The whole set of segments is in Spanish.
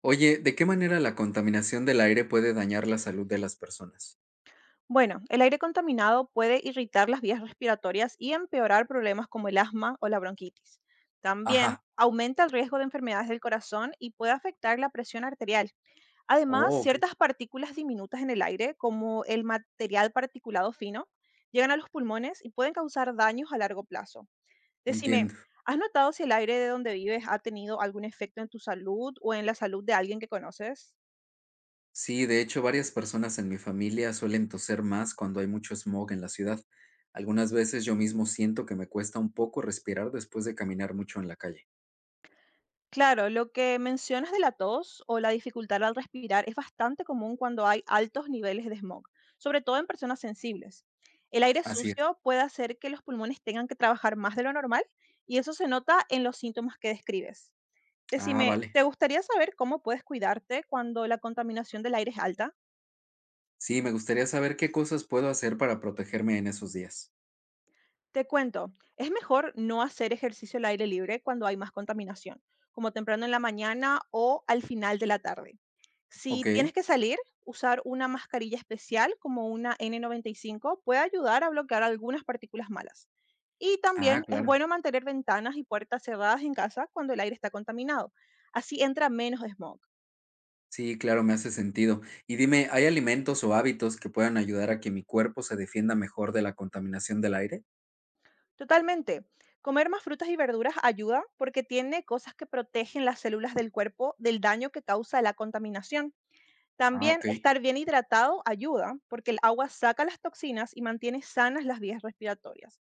Oye, ¿de qué manera la contaminación del aire puede dañar la salud de las personas? Bueno, el aire contaminado puede irritar las vías respiratorias y empeorar problemas como el asma o la bronquitis. También Ajá. aumenta el riesgo de enfermedades del corazón y puede afectar la presión arterial. Además, Oh, ok. ciertas partículas diminutas en el aire, como el material particulado fino, llegan a los pulmones y pueden causar daños a largo plazo. Decime, Entiendo. ¿has notado si el aire de donde vives ha tenido algún efecto en tu salud o en la salud de alguien que conoces? Sí, de hecho, varias personas en mi familia suelen toser más cuando hay mucho smog en la ciudad. Algunas veces yo mismo siento que me cuesta un poco respirar después de caminar mucho en la calle. Claro, lo que mencionas de la tos o la dificultad al respirar es bastante común cuando hay altos niveles de smog, sobre todo en personas sensibles. El aire Así es. sucio puede hacer que los pulmones tengan que trabajar más de lo normal y eso se nota en los síntomas que describes. Ah, Decime, vale. ¿te gustaría saber cómo puedes cuidarte cuando la contaminación del aire es alta? Sí, me gustaría saber qué cosas puedo hacer para protegerme en esos días. Te cuento, es mejor no hacer ejercicio al aire libre cuando hay más contaminación, como temprano en la mañana o al final de la tarde. Si Ok. tienes que salir, usar una mascarilla especial como una N95 puede ayudar a bloquear algunas partículas malas. Y Ah, también es claro. bueno mantener ventanas y puertas cerradas en casa cuando el aire está contaminado. Así entra menos smog. Sí, claro, me hace sentido. Y dime, ¿hay alimentos o hábitos que puedan ayudar a que mi cuerpo se defienda mejor de la contaminación del aire? Totalmente. Comer más frutas y verduras ayuda porque tiene cosas que protegen las células del cuerpo del daño que causa la contaminación. Ah, También ok, estar bien hidratado ayuda, porque el agua saca las toxinas y mantiene sanas las vías respiratorias.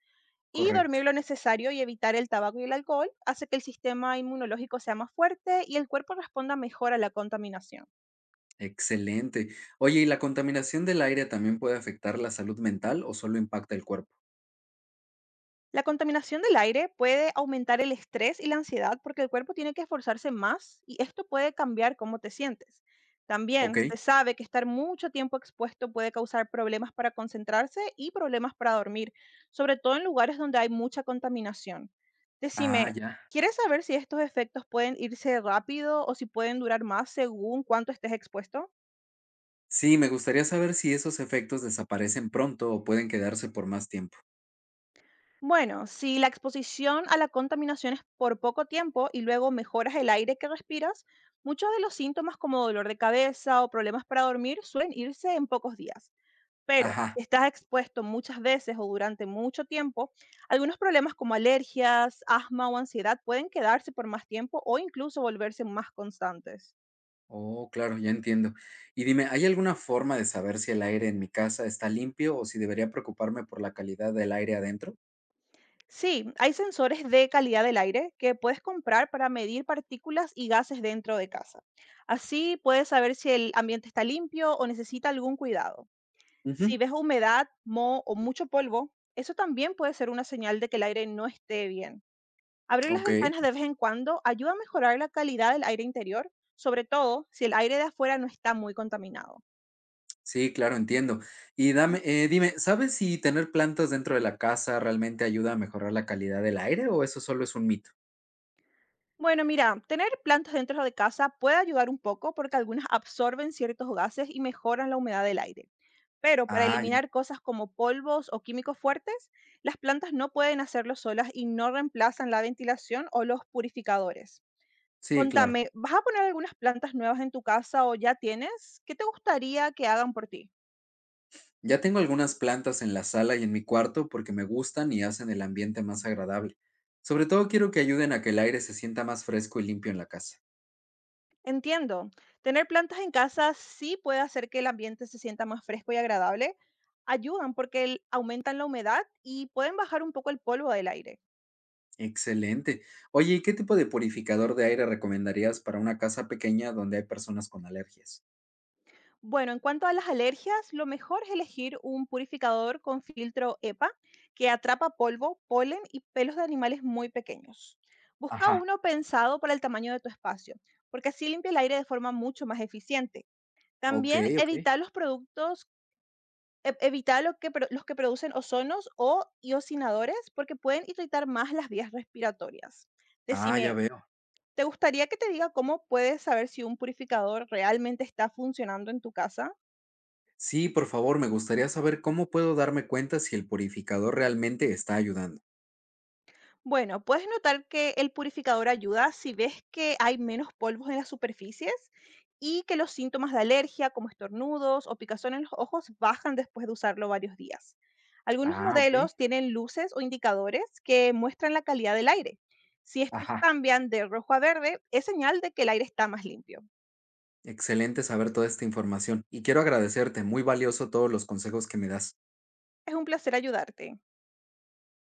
Y correcto. dormir lo necesario y evitar el tabaco y el alcohol hace que el sistema inmunológico sea más fuerte y el cuerpo responda mejor a la contaminación. Excelente. Oye, ¿y la contaminación del aire también puede afectar la salud mental o solo impacta el cuerpo? La contaminación del aire puede aumentar el estrés y la ansiedad porque el cuerpo tiene que esforzarse más y esto puede cambiar cómo te sientes. Ok. También se sabe que estar mucho tiempo expuesto puede causar problemas para concentrarse y problemas para dormir, sobre todo en lugares donde hay mucha contaminación. Ah, Decime, ya. ¿quieres saber si estos efectos pueden irse rápido o si pueden durar más según cuánto estés expuesto? Sí, me gustaría saber si esos efectos desaparecen pronto o pueden quedarse por más tiempo. Bueno, si la exposición a la contaminación es por poco tiempo y luego mejoras el aire que respiras, muchos de los síntomas como dolor de cabeza o problemas para dormir suelen irse en pocos días. Pero Ajá. si estás expuesto muchas veces o durante mucho tiempo, algunos problemas como alergias, asma o ansiedad pueden quedarse por más tiempo o incluso volverse más constantes. Oh, claro, ya entiendo. Y dime, ¿hay alguna forma de saber si el aire en mi casa está limpio o si debería preocuparme por la calidad del aire adentro? Sí, hay sensores de calidad del aire que puedes comprar para medir partículas y gases dentro de casa. Así puedes saber si el ambiente está limpio o necesita algún cuidado. Si Ujú. ves humedad, moho o mucho polvo, eso también puede ser una señal de que el aire no esté bien. Abrir las Okey. ventanas de vez en cuando ayuda a mejorar la calidad del aire interior, sobre todo si el aire de afuera no está muy contaminado. Sí, claro, entiendo. Y ¿No? dame dime, ¿sabes si tener plantas dentro de la casa realmente ayuda a mejorar la calidad del aire o eso solo es un mito? Bueno, mira, tener plantas dentro de casa puede ayudar un poco porque algunas absorben ciertos gases y mejoran la humedad del aire. Pero para Ah, ya. eliminar cosas como polvos o químicos fuertes, las plantas no pueden hacerlo solas y no reemplazan la ventilación o los purificadores. Sí, claro. Contame, ¿vas a poner algunas plantas nuevas en tu casa o ya tienes? ¿Qué te gustaría que hagan por ti? Ya tengo algunas plantas en la sala y en mi cuarto porque me gustan y hacen el ambiente más agradable. Sobre todo quiero que ayuden a que el aire se sienta más fresco y limpio en la casa. Entiendo, tener plantas en casa sí puede hacer que el ambiente se sienta más fresco y agradable. Ayudan porque aumentan la humedad y pueden bajar un poco el polvo del aire. Excelente. Oye, ¿y qué tipo de purificador de aire recomendarías para una casa pequeña donde hay personas con alergias? Bueno, en cuanto a las alergias, lo mejor es elegir un purificador con filtro EPA que atrapa polvo, polen y pelos de animales muy pequeños. Busca Ajá. uno pensado para el tamaño de tu espacio, porque así limpia el aire de forma mucho más eficiente. También Okey, okey. evita los productos, evita los que producen ozonos o iocinadores, porque pueden irritar más las vías respiratorias. Ah, ya Decime, veo. ¿te gustaría que te diga cómo puedes saber si un purificador realmente está funcionando en tu casa? Sí, por favor, me gustaría saber cómo puedo darme cuenta si el purificador realmente está ayudando. Bueno, puedes notar que el purificador ayuda si ves que hay menos polvos en las superficies y que los síntomas de alergia, como estornudos o picazón en los ojos, bajan después de usarlo varios días. Algunos Ah, ok. modelos tienen luces o indicadores que muestran la calidad del aire. Si estos Ajá, cambian de rojo a verde, es señal de que el aire está más limpio. excelente saber toda esta información y quiero agradecerte, muy valioso todos los consejos que me das. Es un placer ayudarte.